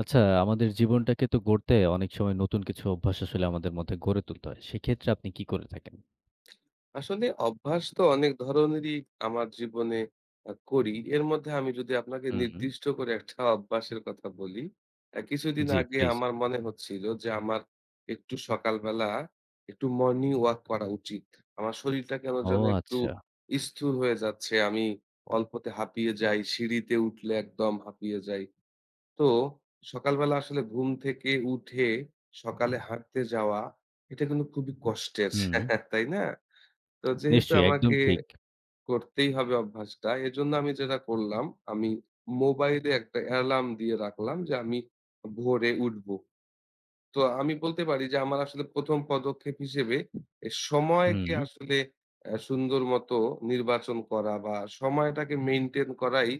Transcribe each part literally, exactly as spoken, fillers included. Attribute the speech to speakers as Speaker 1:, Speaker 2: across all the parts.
Speaker 1: আচ্ছা, আমাদের জীবনটাকে তো গড়তে অনেক সময় নতুন কিছু অভ্যাস আসলে আমাদের মধ্যে গড়ে তুলতে হয়। সেক্ষেত্রে আপনি কি করে থাকেন?
Speaker 2: আসলে অভ্যাস তো অনেক ধরনেরই আমার জীবনে আহ, করি। এর মধ্যে আমি যদি আপনাকে
Speaker 1: হুম,
Speaker 2: নির্দিষ্ট করে একটা অভ্যাসের কথা বলি, আহ, কিছুদিন
Speaker 1: জি,
Speaker 2: আগে
Speaker 1: প্লিজ।
Speaker 2: আমার মনে হচ্ছিল যে আমার একটু সকালবেলা একটু মর্নিং ওয়াক করা উচিত। আমার শরীরটা কেন
Speaker 1: ও
Speaker 2: যেন একটু
Speaker 1: আচ্ছা।
Speaker 2: স্থূল হয়ে যাচ্ছে, আমি অল্পতে হাঁপিয়ে যাই, সিঁড়িতে উঠলে একদম হাঁপিয়ে যাই। তো সকালবেলা আসলে ঘুম থেকে উঠে সকালে হাঁটতে যাওয়া এটা কিন্তু খুবই কষ্টের
Speaker 1: হুম,
Speaker 2: তাই না? তো যেহেতু
Speaker 1: নিশ্চয়ই একদম
Speaker 2: আমাকে
Speaker 1: ঠিক।
Speaker 2: করতেই হবে অভ্যাসটা, এজন্য আমি যেটা করলাম, আমি মোবাইলে একটা অ্যালার্ম দিয়ে রাখলাম যে আমি ভোরে উঠবো। তো আমি বলতে পারি যে আমার আসলে ১ম পদক্ষেপ হিসেবে এ
Speaker 1: হুম,
Speaker 2: সময়কে আসলে অ্যা সুন্দর মতো নির্বাচন করা বা সময়টাকে মেইনটেইন করাই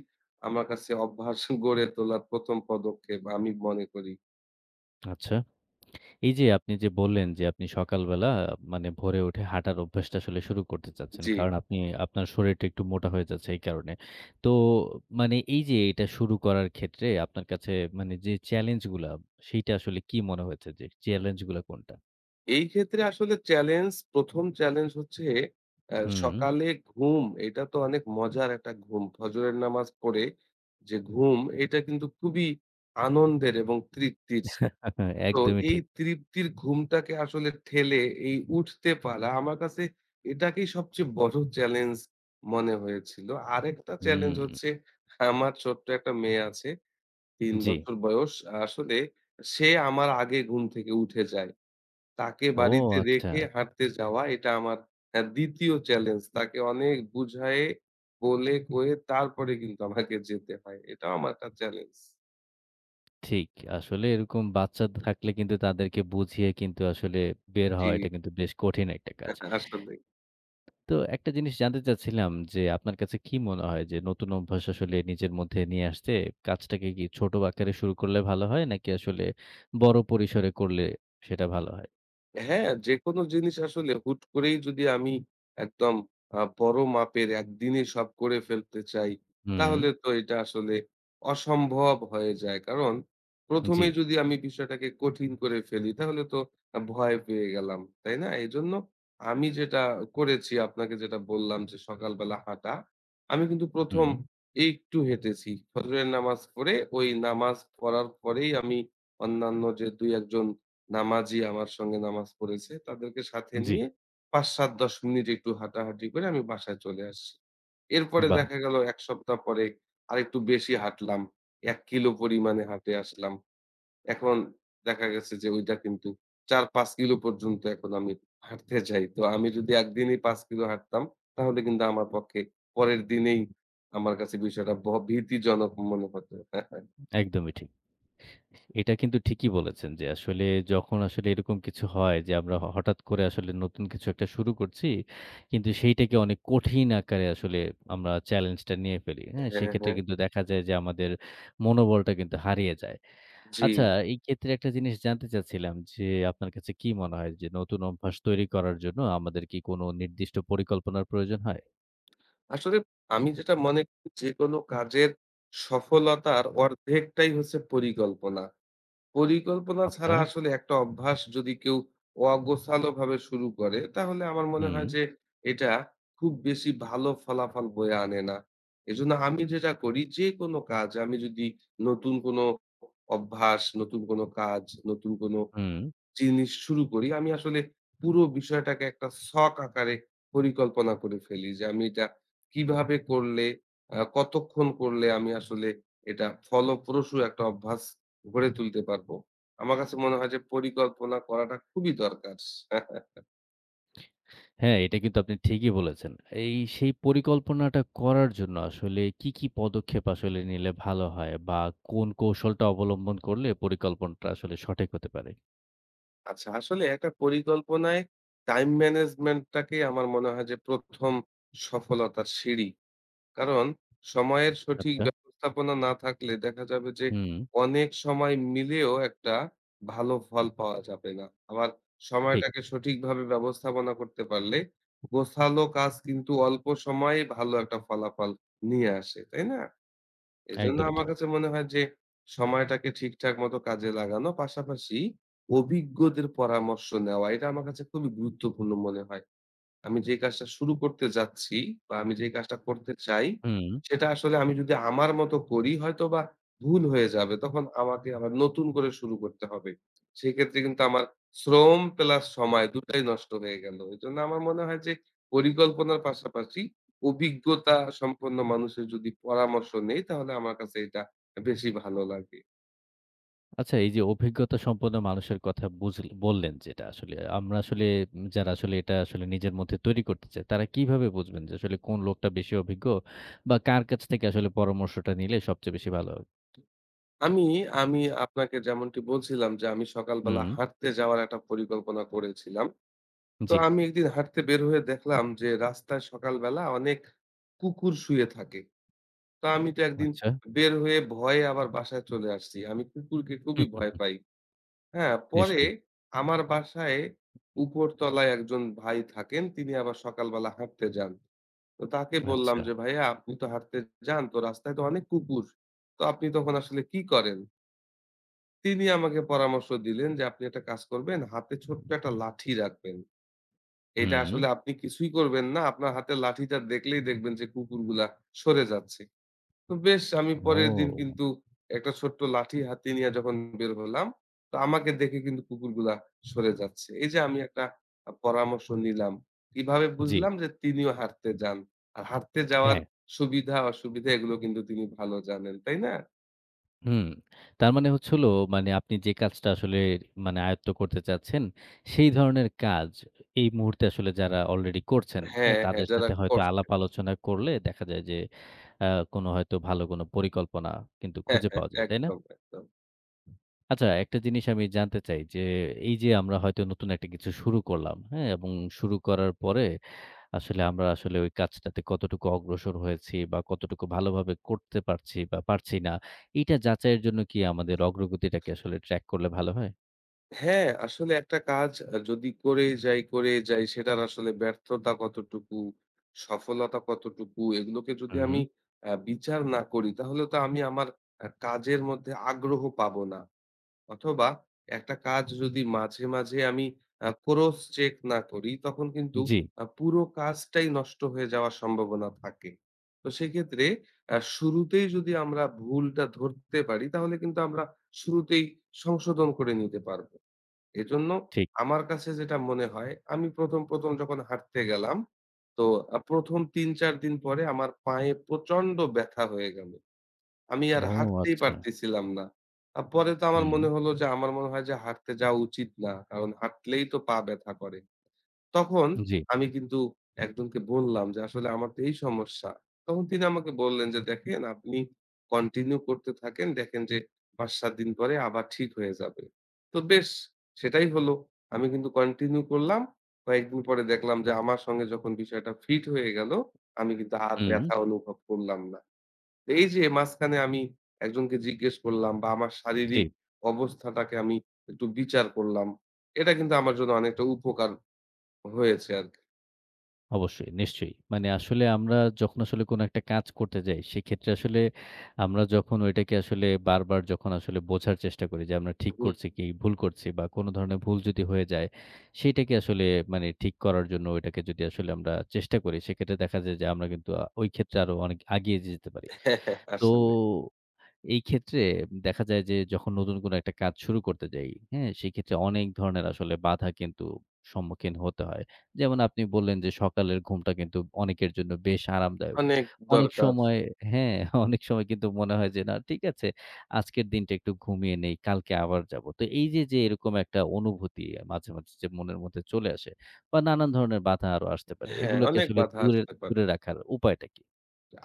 Speaker 2: আমার কাছে অভ্যাস গড়ে তোলার ১ম পদক্ষেপ আমি মনে করি।
Speaker 1: আচ্ছা। এই যে আপনি যে বললেন যে আপনি সকালবেলা মানে ভোরে উঠে হাঁটার অভ্যাসটা আসলে শুরু করতে চাচ্ছেন।
Speaker 2: জি।
Speaker 1: কারণ আপনি আপনার শরীরটা একটু মোটা হয়ে যাচ্ছে এই কারণে। তো মানে এই যে এটা শুরু করার ক্ষেত্রে আপনার কাছে মানে যে চ্যালেঞ্জগুলা সেইটা আসলে কি মনে হয়েছে যে চ্যালেঞ্জগুলা কোনটা?
Speaker 2: এই ক্ষেত্রে আসলে চ্যালেঞ্জ ১ম চ্যালেঞ্জ হচ্ছে অ্যা হুম।
Speaker 1: হুম।
Speaker 2: সকালে ঘুম, এটা তো অনেক মজার একটা ঘুম। ফজরের নামাজ পড়ে যে ঘুম, এটা কিন্তু খুবই আনন্দের এবং তৃপ্তির। তো
Speaker 1: একদমই
Speaker 2: এই
Speaker 1: ঠিক।
Speaker 2: তৃপ্তির ঘুমটাকে আসলে ঠেলে এই উঠতে পারা আমার কাছে এটাকেই সবচেয়ে বড় চ্যালেঞ্জ মনে হয়েছিল। আরেকটা চ্যালেঞ্জ
Speaker 1: হুম,
Speaker 2: হচ্ছে আমার ছোট্ট একটা মেয়ে আছে, তিন হুম।
Speaker 1: জি।
Speaker 2: বছর বয়স। আসলে সে আমার আগে ঘুম থেকে উঠে যায়। তাকে
Speaker 1: ও
Speaker 2: বাড়িতে
Speaker 1: আচ্ছা।
Speaker 2: রেখে হাঁটতে যাওয়া এটা আমার অ্যা ২য় চ্যালেঞ্জ। তাকে অনেক বুঝায়ে, বলে, কয়ে তারপরে কিন্তু আমাকে যেতে হয়। এটাও আমার একটা চ্যালেঞ্জ।
Speaker 1: ঠিক। আসলে এরকম বাচ্চা থাকলে কিন্তু তাদেরকে বুঝিয়ে কিন্তু আসলে বের
Speaker 2: জি,
Speaker 1: হওয়া এটা কিন্তু বেশ কঠিন একটা কাজ।
Speaker 2: আসলেই।
Speaker 1: তো একটা জিনিস জানতে চাচ্ছিলাম যে আপনার কাছে কি মনে হয় যে নতুন অভ্যাস আসলে নিজের মধ্যে নিয়ে আসতে কাজটাকে কি ছোট আকারে শুরু করলে ভালো হয় নাকি আসলে বড় পরিসরে করলে সেটা ভালো হয়?
Speaker 2: হ্যাঁ, যেকোনো জিনিস আসলে হুট করেই যদি আমি একদম আ বড় মাপের একদিনেই সব করে ফেলতে চাই,
Speaker 1: হুম,
Speaker 2: তাহলে তো এটা আসলে অসম্ভব হয়ে যায়। কারণ ১ম
Speaker 1: জি,
Speaker 2: এই, যদি আমি বিষয়টাকে কঠিন করে ফেলি তাহলে তো আ ভয় পেয়ে গেলাম। তাই না? এজন্য আমি যেটা করেছি আপনাকে যেটা বললাম, যে সকালবেলা হাঁটা। আমি কিন্তু ১ম
Speaker 1: হুম,
Speaker 2: একটু হেঁটেছি। ফজরের নামাজ পড়ে ওই নামাজ পড়ার পরেই আমি অন্যান্য যে দুই এক জন নামাজি আমার সঙ্গে নামাজ পড়েছে, তাদেরকে সাথে
Speaker 1: জি।
Speaker 2: নিয়ে পাঁচ, সাত, দশ মিনিট একটু হাঁটাহাঁটি করে আমি বাসায় চলে আসছি। এরপরে
Speaker 1: বাহ!
Speaker 2: দেখা গেল এক সপ্তাহ পরে আরেকটু বেশি হাঁটলাম। এক কিলো পরিমাণে হাঁটে আসলাম। এখন দেখা গেছে যে ওইটা কিন্তু চার, পাঁচ কিলো পর্যন্ত এখন আমি হাঁটতে যাই। তো আমি যদি একদিনই পাঁচ কিলো হাঁটতাম তাহলে কিন্তু আমার পক্ষে পরের দিনেই আমার কাছে বিষয়টা ভ ভীতিজনক মনে হতো। হ্যাঁ,
Speaker 1: একদমই ঠিক। এটা কিন্তু ঠিকই বলেছেন যে আসলে যখন আসলে এরকম কিছু হয় যে আমরা হ হঠাৎ করে আসলে নতুন কিছু একটা শুরু করছি, কিন্তু সেইটাকে অনেক কঠিন আকারে আসলে আমরা চ্যালেঞ্জটা নিয়ে ফেলি। হ্যাঁ?
Speaker 2: হ্যাঁ, হ্যাঁ,
Speaker 1: সেক্ষেত্রে কিন্তু দেখা যায় যে আমাদের মনোবলটা কিন্তু হারিয়ে যায়।
Speaker 2: জি।
Speaker 1: আচ্ছা এই ক্ষেত্রে একটা জিনিস জানতে চাচ্ছিলাম যে আপনার কাছে কি মনে হয় যে নতুন অভ্যাস তৈরি করার জন্য আমাদের কি কোনো নির্দিষ্ট পরিকল্পনার প্রয়োজন হয়?
Speaker 2: আসলে আমি যেটা মনে করি যে কোনো কাজের সফলতার অর্ধেকটাই হচ্ছে পরিকল্পনা। পরিকল্পনা
Speaker 1: আচ্ছা।
Speaker 2: ছাড়া আসলে একটা অভ্যাস যদি কেউ অগোছালোভাবে শুরু করে তাহলে আমার মনে
Speaker 1: হুম,
Speaker 2: হয় যে এটা খুব বেশি ভালো ফলাফল বয়ে আনে না। এজন্য আমি যেটা করি, যে কোনো কাজ আমি যদি, নতুন কোনো অভ্যাস, নতুন কোনো কাজ, নতুন কোনো
Speaker 1: হুম।
Speaker 2: জিনিস শুরু করি, আমি আসলে পুরো বিষয়টাকে একটা ছক আকারে পরিকল্পনা করে ফেলি যে, আমি এটা কিভাবে করলে, আ কতক্ষণ করলে আমি আসলে এটা ফলপ্রসূ একটা অভ্যাস গড়ে তুলতে পারবো। আমার কাছে মনে হয় যে পরিকল্পনা করাটা খুবই দরকার।
Speaker 1: হ্যাঁ, এটা কিন্তু আপনি ঠিকই বলেছেন। এই সেই পরিকল্পনাটা করার জন্য আসলে কি, কি পদক্ষেপ আসলে নিলে ভালো হয় বা কোন কৌশলটা অবলম্বন করলে পরিকল্পনাটা আসলে সঠিক হতে পারে?
Speaker 2: আচ্ছা, আসলে একটা পরিকল্পনায় টাইম ম্যানেজমেন্টটাকে আমার মনে হয় যে ১ম সফলতার সিঁড়ি। কারণ সময়ের সঠিক
Speaker 1: আচ্ছা।
Speaker 2: ব্যবস্থাপনা না থাকলে দেখা যাবে যে
Speaker 1: হুম,
Speaker 2: অনেক সময় মিলেও একটা ভালো ফল পাওয়া যাবে না। আবার
Speaker 1: ঠিক।
Speaker 2: সময়টাকে সঠিকভাবে ব্যবস্থাপনা করতে পারলে গোছালো কাজ কিন্তু অল্প সময়ে ভালো একটা ফলাফল নিয়ে আসে, তাই না? এজন্য
Speaker 1: একদমই
Speaker 2: আমার
Speaker 1: ঠিক।
Speaker 2: কাছে মনে হয় যে সময়টাকে ঠিকঠাক মতো কাজে লাগানো পাশাপাশি অভিজ্ঞদের পরামর্শ নেওয়া এটা আমার কাছে খুবই গুরুত্বপূর্ণ মনে হয়। আমি যে কাজটা শুরু করতে যাচ্ছি বা আমি যে কাজটা করতে চাই,
Speaker 1: হুম।
Speaker 2: সেটা আসলে আমি যদি আমার মতো করি হয়তোবা ভুল হয়ে যাবে। তখন আমাকে আবার নতুন করে শুরু করতে হবে। সেক্ষেত্রে কিন্তু আমার শ্রম প্লাস সময় দুটাই নষ্ট হয়ে গেল। এজন্য আমার মনে হয় যে পরিকল্পনার পাশাপাশি অভিজ্ঞতা সম্পন্ন মানুষের যদি পরামর্শ নেই তাহলে আমার কাছে এটা বেশি ভালো লাগে।
Speaker 1: আচ্ছা এই যে অভিজ্ঞতা সম্পন্ন মানুষের কথা বুঝ বললেন যেটা আসলে আমরা আসলে উম, যারা আসলে এটা আসলে নিজের মধ্যে তৈরি করতে চাই, তারা কিভাবে বুঝবেন যে আসলে কোন লোকটা বেশি অভিজ্ঞ বা কার কাছ থেকে আসলে পরামর্শটা নিলে সবচেয়ে বেশি ভালো হবে?
Speaker 2: আমি আমি আপনাকে যেমনটি বলছিলাম যে আমি সকালবেলা
Speaker 1: হুম,
Speaker 2: হাঁটতে যাওয়ার একটা পরিকল্পনা করেছিলাম। তো
Speaker 1: জি।
Speaker 2: আমি একদিন হাঁটতে বের হয়ে দেখলাম যে রাস্তায় সকালবেলা অনেক কুকুর শুয়ে থাকে। তো হুম। আমি তো একদিন
Speaker 1: আচ্ছা।
Speaker 2: বের হয়ে ভয়ে আবার বাসায় চলে আসছি। আমি কুকুরকে খুবই
Speaker 1: হুম, হুম,
Speaker 2: ভয়
Speaker 1: হুম,
Speaker 2: পাই। হ্যাঁ, পরে
Speaker 1: নিশ্চয়ই।
Speaker 2: আমার বাসায় উপরতলায় একজন ভাই থাকেন। তিনি আবার সকালবেলা হাঁটতে যান। তো তাকে বললাম
Speaker 1: আচ্ছা।
Speaker 2: যে, "ভাইয়া, আপনি তো হাঁটতে যান, তো রাস্তায় তো অনেক কুকুর। তো আপনি তখন আসলে কি করেন?" তিনি আমাকে পরামর্শ দিলেন যে, "আপনি একটা কাজ করবেন, হাতে ছোট্ট একটা লাঠি রাখবেন। এটা
Speaker 1: হুম।
Speaker 2: আসলে আপনি কিছুই করবেন না। আপনার হাতের লাঠিটা দেখলেই দেখবেন যে কুকুরগুলা সরে যাচ্ছে।" তো বেশ, আমি পরের দিন
Speaker 1: ও!
Speaker 2: কিন্তু একটা ছোট্ট লাঠি হাতে নিয়ে যখন বের হলাম, তো আমাকে দেখে কিন্তু কুকুরগুলা সরে যাচ্ছে। এই যে আমি একটা আ পরামর্শ নিলাম। কিভাবে
Speaker 1: জি।
Speaker 2: বুঝলাম যে তিনিও হাঁটতে যান। আর হাঁটতে যাওয়ার
Speaker 1: হ্যাঁ।
Speaker 2: সুবিধা অসুবিধা এগুলো কিন্তু তিনি ভালো জানেন, তাই না?
Speaker 1: হুম। তার মানে হচ্ছে হলো মানে আপনি যে কাজটা আসলে মানে আয়ত্ত করতে চাচ্ছেন, সেই ধরনের কাজ এই মুহূর্তে আসলে যারা অলরেডি করছেন, হ্যাঁ?
Speaker 2: হ্যাঁ, হ্যাঁ,
Speaker 1: তাদের
Speaker 2: যারা
Speaker 1: সাথে হয়তো আলাপ
Speaker 2: করছেন।
Speaker 1: আলোচনা করলে দেখা যায় যে আ কোনো হয়তো ভালো কোনো পরিকল্পনা কিন্তু
Speaker 2: হ্যাঁ,
Speaker 1: খুঁজে
Speaker 2: হ্যাঁ,
Speaker 1: পাওয়া যায়, তাই না?
Speaker 2: একদম, একদম।
Speaker 1: আচ্ছা একটা জিনিস আমি জানতে চাই যে, এই যে আমরা হয়তো নতুন একটা কিছু শুরু করলাম, হ্যাঁ? এবং শুরু করার পরে আসলে আমরা আসলে ওই কাজটাতে কতটুকু অগ্রসর হয়েছি বা কতটুকু ভালোভাবে করতে পারছি বা পারছি না, এইটা যাচাইয়ের জন্য কি আমাদের অগ্রগতিটাকে আসলে ট্র্যাক করলে ভালো হয়?
Speaker 2: হ্যাঁ, আসলে একটা কাজ আ যদি করেই যাই, করেই যাই সেটার আসলে ব্যর্থতা কতটুকু, সফলতা কতটুকু এগুলোকে যদি
Speaker 1: হুম,
Speaker 2: আমি
Speaker 1: হুম,
Speaker 2: আ বিচার না করি তাহলে তো আমি আমার আ কাজের মধ্যে আগ্রহ পাবো না। অথবা একটা কাজ যদি মাঝে, মাঝে আমি আ ক্রস চেক না করি তখন কিন্তু
Speaker 1: জি,
Speaker 2: আ পুরো কাজটাই নষ্ট হয়ে যাওয়ার সম্ভাবনা থাকে। তো সেক্ষেত্রে আ শুরুতেই যদি আমরা ভুলটা ধরতে পারি তাহলে কিন্তু আমরা শুরুতেই সংশোধন করে নিতে পারব। এজন্য
Speaker 1: ঠিক।
Speaker 2: আমার কাছে যেটা মনে হয়, আমি ১ম, ১ম যখন হাঁটতে গেলাম, তো আ ১ম তিন চার দিন পরে আমার পায়ে প্রচন্ড ব্যথা হয়ে গেল। আমি আর
Speaker 1: ও
Speaker 2: হাঁটতেই
Speaker 1: আচ্ছা।
Speaker 2: পারতেছিলাম না। আ পরে তো আমার
Speaker 1: হুম,
Speaker 2: মনে হলো যে, আমার মনে হয় যে হাঁটতে যাওয়া উচিত না। কারণ হাঁটলেই তো পা ব্যথা করে। তখন
Speaker 1: জি,
Speaker 2: আমি কিন্তু একজনকে বললাম যে, "আসলে আমার তো এই সমস্যা।" তখন তিনি আমাকে বললেন যে, "দেখেন আপনি কন্টিনিউ করতে থাকেন। দেখেন যে পাঁচ সাত দিন পরে আবার ঠিক হয়ে যাবে।" তো বেশ, সেটাই হলো। আমি কিন্তু কন্টিনিউ করলাম। কয়েকদিন পরে দেখলাম যে আমার সঙ্গে যখন বিষয়টা ফিট হয়ে গেল, আমি কিন্তু আর
Speaker 1: হুম,
Speaker 2: ব্যথা অনুভব করলাম না। তো এই যে মাঝখানে আমি একজনকে জিজ্ঞেস করলাম বা আমার
Speaker 1: জি।
Speaker 2: শারীরিক অবস্থাটাকে আমি একটু বিচার করলাম, এটা কিন্তু আমার জন্য অনেকটা উপকার হয়েছে আরকি।
Speaker 1: অবশ্যই, নিশ্চয়ই। মানে আসলে আমরা যখন আসলে কোনো একটা কাজ করতে যাই, সেক্ষেত্রে আসলে আমরা যখন ওইটাকে আসলে বারবার যখন আসলে বোঝার চেষ্টা করি যে আমরা ঠিক
Speaker 2: হুম,
Speaker 1: করছি কি, ভুল করছি বা কোনো ধরনের ভুল যদি হয়ে যায়, সেইটাকে আসলে মানে ঠিক করার জন্য ওইটাকে যদি আসলে আমরা চেষ্টা করি, সেক্ষেত্রে দেখা যায় যে আমরা কিন্তু আ ওই ক্ষেত্রে আরো অনেক আগিয়ে যেতে পারি। তো
Speaker 2: আসলে
Speaker 1: এই ক্ষেত্রে দেখা যায় যে যখন নতুন কোনো একটা কাজ শুরু করতে যাই, হ্যাঁ? সেক্ষেত্রে অনেক ধরনের আসলে বাধা কিন্তু সম্মুখীন হতে হয়। যেমন আপনি বললেন যে সকালের ঘুমটা কিন্তু অনেকের জন্য বেশ আরামদায়ক।
Speaker 2: অনেক
Speaker 1: অনেক
Speaker 2: দরকার।
Speaker 1: সময় হ্যাঁ, অনেক সময় কিন্তু মনে হয় যে না ঠিক আছে, আজকের দিনটা একটু ঘুমিয়ে নেই, কালকে আবার যাব। তো এই যে, যে এরকম একটা অনুভূতি মাঝে, মাঝে যে মনের মধ্যে চলে আসে বা নানান ধরনের বাধা আরো আসতে পারে।
Speaker 2: হ্যাঁ,
Speaker 1: এগুলোকে
Speaker 2: অনেক
Speaker 1: আসলে
Speaker 2: বাধা
Speaker 1: দূরে,
Speaker 2: আসতে পারে।
Speaker 1: দূরে রাখার উপায়টা কি?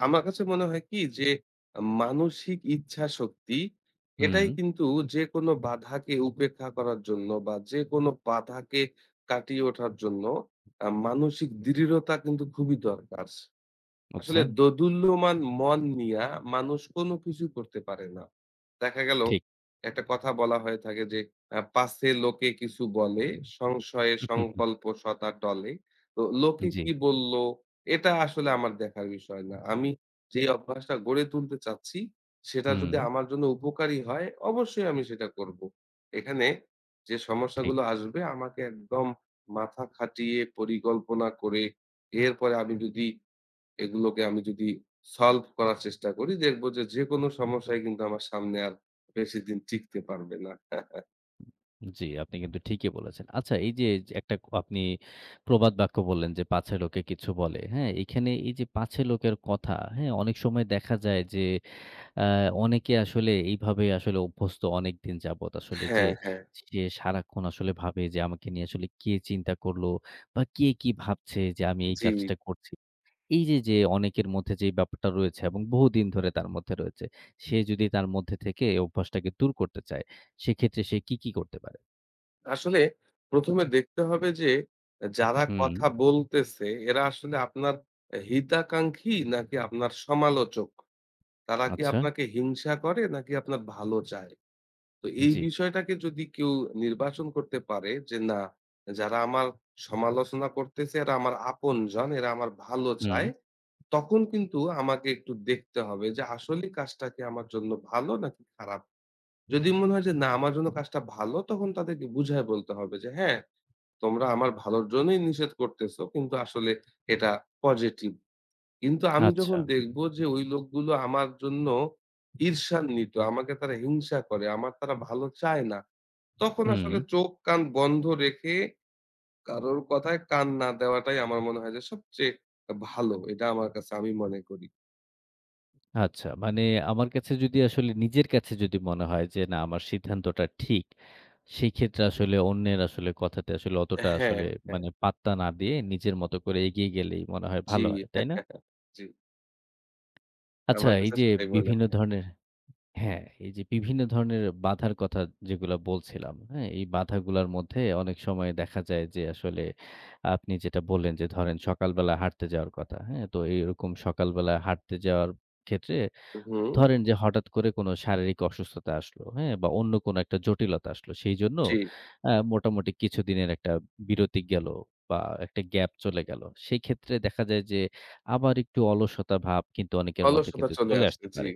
Speaker 2: আমার কাছে মনে হয় কি যে মানসিক ইচ্ছাশক্তি
Speaker 1: হুম,
Speaker 2: এটাই কিন্তু যেকোনো বাধাকে উপেক্ষা করার জন্য বা যেকোনো বাধাকে কাটিয়ে ওঠার জন্য আ মানসিক দৃঢ়তা কিন্তু খুবই দরকার।
Speaker 1: আচ্ছা
Speaker 2: আসলে দোদুল্যমান মন নিয়া মানুষ কোনো কিছু করতে পারে না। দেখা গেল
Speaker 1: ঠিক।
Speaker 2: একটা কথা বলা হয়ে থাকে যে, আ "পাছে লোকে কিছু বলে, সংশয়ে
Speaker 1: হুম, হুম,
Speaker 2: সংকল্প সদা টলে।" তো
Speaker 1: হুম,
Speaker 2: লোকে
Speaker 1: জি।
Speaker 2: কি বলল, এটা আসলে আমার দেখার বিষয় না। আমি যে অভ্যাসটা গড়ে তুলতে চাচ্ছি, সেটা যদি
Speaker 1: হুম,
Speaker 2: আমার জন্য উপকারী হয়, অবশ্যই আমি সেটা করব। এখানে যে
Speaker 1: ঠিক।
Speaker 2: সমস্যাগুলো আসবে, আমাকে একদম মাথা খাটিয়ে পরিকল্পনা করে, এরপরে আমি যদি এগুলোকে আমি যদি সলভ করার চেষ্টা করি দেখব যে, যেকোনো সমস্যাই কিন্তু আমার সামনে আর বেশিদিন টিকতে পারবে না।
Speaker 1: জি, আপনি কিন্তু ঠিকই বলেছেন। আচ্ছা এই যে একটা ক- আপনি প্রবাদ বাক্য বললেন যে, "পাছে লোকে কিছু বলে।" হ্যাঁ? এখানে এই যে পাছে লোকের কথা, হ্যাঁ? অনেক সময় দেখা যায় যে আ অনেকে আসলে এইভাবে আসলে অভ্যস্ত অনেকদিন যাবৎ আসলে যে
Speaker 2: হ্যাঁ, হ্যাঁ।
Speaker 1: সে সারাক্ষণ আসলে ভাবে যে আমাকে নিয়ে আসলে কে চিন্তা করলো বা কে কি ভাবছে যে আমি এই
Speaker 2: জি।
Speaker 1: কাজটা করছি। এই যে, যে অনেকের মধ্যে যে ব্যাপারটা রয়েছে এবং বহুদিন ধরে তার মধ্যে রয়েছে, সে যদি তার মধ্যে থেকে অভ্যাসটাকে দূর করতে চায়, সেক্ষেত্রে সে কি, কি করতে পারে?
Speaker 2: আসলে ১ম এ দেখতে হবে যে, যারা
Speaker 1: হুম,
Speaker 2: কথা বলতেছে এরা আসলে আপনার অ্যা হিতাকাঙ্ক্ষী নাকি আপনার সমালোচক? তারা কি
Speaker 1: আচ্ছা,
Speaker 2: আপনাকে হিংসা করে নাকি আপনার ভালো চায়? তো এই
Speaker 1: জি,
Speaker 2: বিষয়টাকে যদি কেউ নির্বাচন করতে পারে যে, না, যারা আমার সমালোচনা করতেছে এরা আমার আপনজন, এরা আমার ভালো
Speaker 1: হুম,
Speaker 2: চায়, তখন কিন্তু আমাকে একটু দেখতে হবে যে আসলেই কাজটা কি আমার জন্য ভালো নাকি খারাপ। যদি মনে হয় যে না আমার জন্য কাজটা ভালো, তখন তাদেরকে বুঝায় বলতে হবে যে, "হ্যাঁ, তোমরা আমার ভালোর জন্যই নিষেধ করতেছো কিন্তু আসলে এটা পজিটিভ।" কিন্তু আমি
Speaker 1: আচ্ছা,
Speaker 2: যখন দেখব যে ওই লোকগুলো আমার জন্য ঈর্ষান্বিত, আমাকে তারা হিংসা করে, আমার তারা ভালো চায় না, তখন
Speaker 1: হুম,
Speaker 2: আসলে চোখ কান বন্ধ রেখে কারোর কথায় কান না দেওয়াটাই আমার মনে হয় যে সবচেয়ে ভালো। এটা আমার কাছে আমি মনে করি।
Speaker 1: আচ্ছা। মানে আমার কাছে যদি আসলে নিজের কাছে যদি মনে হয় যে, না আমার সিদ্ধান্তটা ঠিক, সেই ক্ষেত্রে আসলে অন্যের আসলে কথাতে আসলে অতটা
Speaker 2: হ্যাঁ,
Speaker 1: আসলে
Speaker 2: হ্যাঁ।
Speaker 1: মানে পাত্তা না দিয়ে নিজের মতো করে এগিয়ে গেলেই মনে হয়
Speaker 2: জি,
Speaker 1: ভালো হয়, তাই না?
Speaker 2: হ্যাঁ, জি।
Speaker 1: আচ্ছা
Speaker 2: আমার
Speaker 1: এই
Speaker 2: কাছে
Speaker 1: যে
Speaker 2: সেটাই মনে
Speaker 1: বিভিন্ন
Speaker 2: হয়।
Speaker 1: ধরনের হ্যাঁ, এই যে বিভিন্ন ধরনের বাধার কথা যেগুলা বলছিলাম, হ্যাঁ? এই বাধাগুলার মধ্যে অনেক সময় দেখা যায় যে আসলে আপনি যেটা বললেন যে ধরেন সকালবেলা হাঁটতে যাওয়ার কথা, হ্যাঁ? তো এইরকম সকালবেলা হাঁটতে যাওয়ার ক্ষেত্রে হ
Speaker 2: হুম,
Speaker 1: ধরেন যে হঠাৎ করে কোনো শারীরিক অসুস্থতা আসলো, হ্যাঁ? বা অন্য কোনো একটা জটিলতা আসলো। সেইজন্য
Speaker 2: জি।
Speaker 1: আ মোটামুটি কিছুদিনের একটা বিরতি গেল বা একটা গ্যাপ চলে গেল। সেক্ষেত্রে দেখা যায় যে আবার একটু অলসতা ভাব কিন্তু অনেকের মধ্যে
Speaker 2: অলসতা
Speaker 1: কিন্তু
Speaker 2: চলে
Speaker 1: চলে
Speaker 2: আসে।
Speaker 1: আসতে
Speaker 2: জি।
Speaker 1: পারে।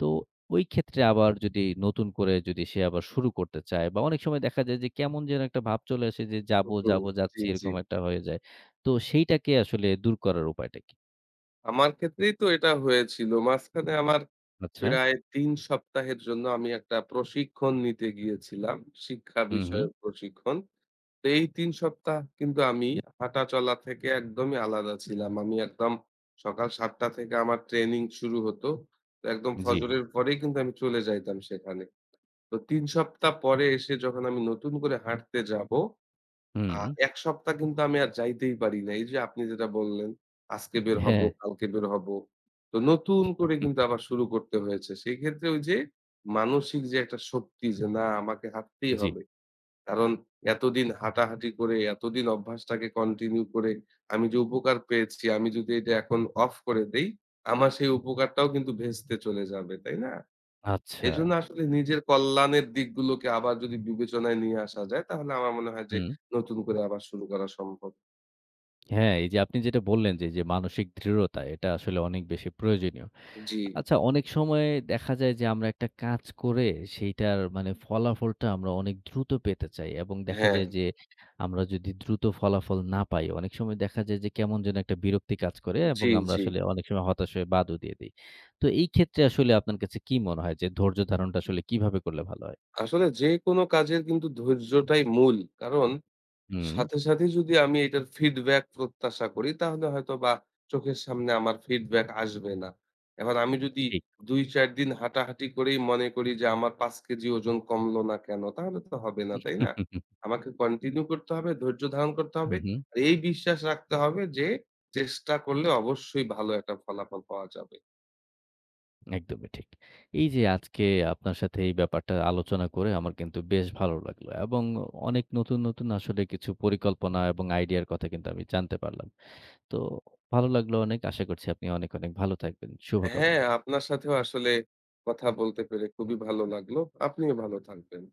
Speaker 1: তো ওই ক্ষেত্রে আবার যদি নতুন করে যদি সে আবার শুরু করতে চায় বা অনেক সময় দেখা যায় যে কেমন যেন একটা ভাব চলে আসে যে
Speaker 2: হুম,
Speaker 1: যাবো,
Speaker 2: হুম।
Speaker 1: যাবো,
Speaker 2: জি,
Speaker 1: যাচ্ছি
Speaker 2: জি।
Speaker 1: এরকম একটা হয়ে যায়। তো সেইটাকে আসলে দূর করার উপায়টা কি?
Speaker 2: আমার ক্ষেত্রেই তো এটা হয়েছিল। মাঝখানে আমার
Speaker 1: আচ্ছা।
Speaker 2: প্রায় তিন সপ্তাহের জন্য আমি একটা প্রশিক্ষণ নিতে গিয়েছিলাম। শিক্ষা
Speaker 1: হুম, হুম।
Speaker 2: বিষয়ক প্রশিক্ষণ। তো এই তিন সপ্তাহ কিন্তু আমি হাঁটা চলা থেকে একদমই আলাদা ছিলাম। আমি একদম সকাল ৭ঃ শূন্য শূন্য থেকে আমার ট্রেনিং শুরু হতো। তো একদম
Speaker 1: জি।
Speaker 2: ফজরের পরেই কিন্তু আমি চলে যাইতাম সেখানে। তো তিন সপ্তাহ পরে এসে যখন আমি নতুন করে হাঁটতে যাব, আ
Speaker 1: হুম।
Speaker 2: এক সপ্তাহ কিন্তু আমি আর যাইতেই পারি না। এই যে আপনি যেটা বললেন, আজকে বের হব,
Speaker 1: হ্যাঁ।
Speaker 2: কালকে বের হব। তো নতুন করে কিন্তু আবার শুরু করতে হয়েছে। সেই ক্ষেত্রে ওই যে মানসিক যে একটা শক্তি যে না আমাকে হাঁটতেই
Speaker 1: জি।
Speaker 2: হবে। কারণ এতদিন হাঁটাহাঁটি করে, এতদিন অভ্যাসটাকে কন্টিনিউ করে আমি যে উপকার পেয়েছি, আমি যদি এটা এখন অফ করে দেই, আমার সেই উপকারটাও কিন্তু ভেস্তে চলে যাবে। তাই না?
Speaker 1: আচ্ছা।
Speaker 2: এজন্য আসলে নিজের কল্যাণের দিকগুলোকে আবার যদি বিবেচনায় নিয়ে আসা যায়, তাহলে আমার মনে হয় যে
Speaker 1: হুম।
Speaker 2: নতুন করে আবার শুরু করা সম্ভব।
Speaker 1: হ্যাঁ, এই যে আপনি যেটা বললেন যে, যে মানসিক দৃঢ়তা এটা আসলে অনেক বেশি প্রয়োজনীয়।
Speaker 2: জি,
Speaker 1: আচ্ছা অনেক সময় দেখা যায় যে আমরা একটা কাজ করে সেইটার মানে ফলাফলটা আমরা অনেক দ্রুত পেতে চাই এবং দেখা
Speaker 2: হ্যাঁ।
Speaker 1: যায় যে আমরা যদি দ্রুত ফলাফল না পাই অনেক সময় দেখা যায় যে কেমন যেন একটা বিরক্তি কাজ করে এবং
Speaker 2: জি,
Speaker 1: আমরা
Speaker 2: জি।
Speaker 1: আসলে অনেক সময় হতাশ হয়ে বাদও দিয়ে দিই তো এই ক্ষেত্রে আসলে আপনার কাছে কি মনে হয় যে ধৈর্য ধারণটা আসলে কিভাবে করলে ভালো হয়
Speaker 2: আসলে যেকোনো কাজের কিন্তু ধৈর্যটাই মূল। কারণ
Speaker 1: হুম
Speaker 2: সাথে, সাথে যদি আমি এটার ফিডব্যাক প্রত্যাশা করি তাহলে হয়তোবা চোখের সামনে আমার ফিডব্যাক আসবে না। এখন আমি যদি
Speaker 1: ঠিক
Speaker 2: দুই চার দিন হাঁটাহাঁটি করেই মনে করি যে আমার পাঁচ কেজি ওজন কমলো না কেনো? তাহলে তো হবে না, তাই না? আমাকে কন্টিনিউ করতে হবে, ধৈর্য ধারণ করতে
Speaker 1: হুম
Speaker 2: হবে।
Speaker 1: হুম
Speaker 2: আর এই বিশ্বাস রাখতে হবে যে চেষ্টা করলে অবশ্যই ভালো একটা ফলাফল পাওয়া যাবে।
Speaker 1: একদমই ঠিক। এই যে আজকে আপনার সাথে এই ব্যাপারটা আলোচনা করে আমার কিন্তু বেশ ভালো লাগলো এবং অনেক নতুন, নতুন আসলে কিছু পরিকল্পনা এবং আইডিয়ার কথা কিন্তু আমি জানতে পারলাম। তো ভালো লাগলো অনেক। আশা করছি আপনি অনেক, অনেক ভালো থাকবেন।
Speaker 2: হ্যাঁ,
Speaker 1: শুভকামনা।
Speaker 2: আপনার সাথেও আসলে কথা বলতে পেরে খুবই ভালো লাগলো। আপনিও ভালো থাকবেন।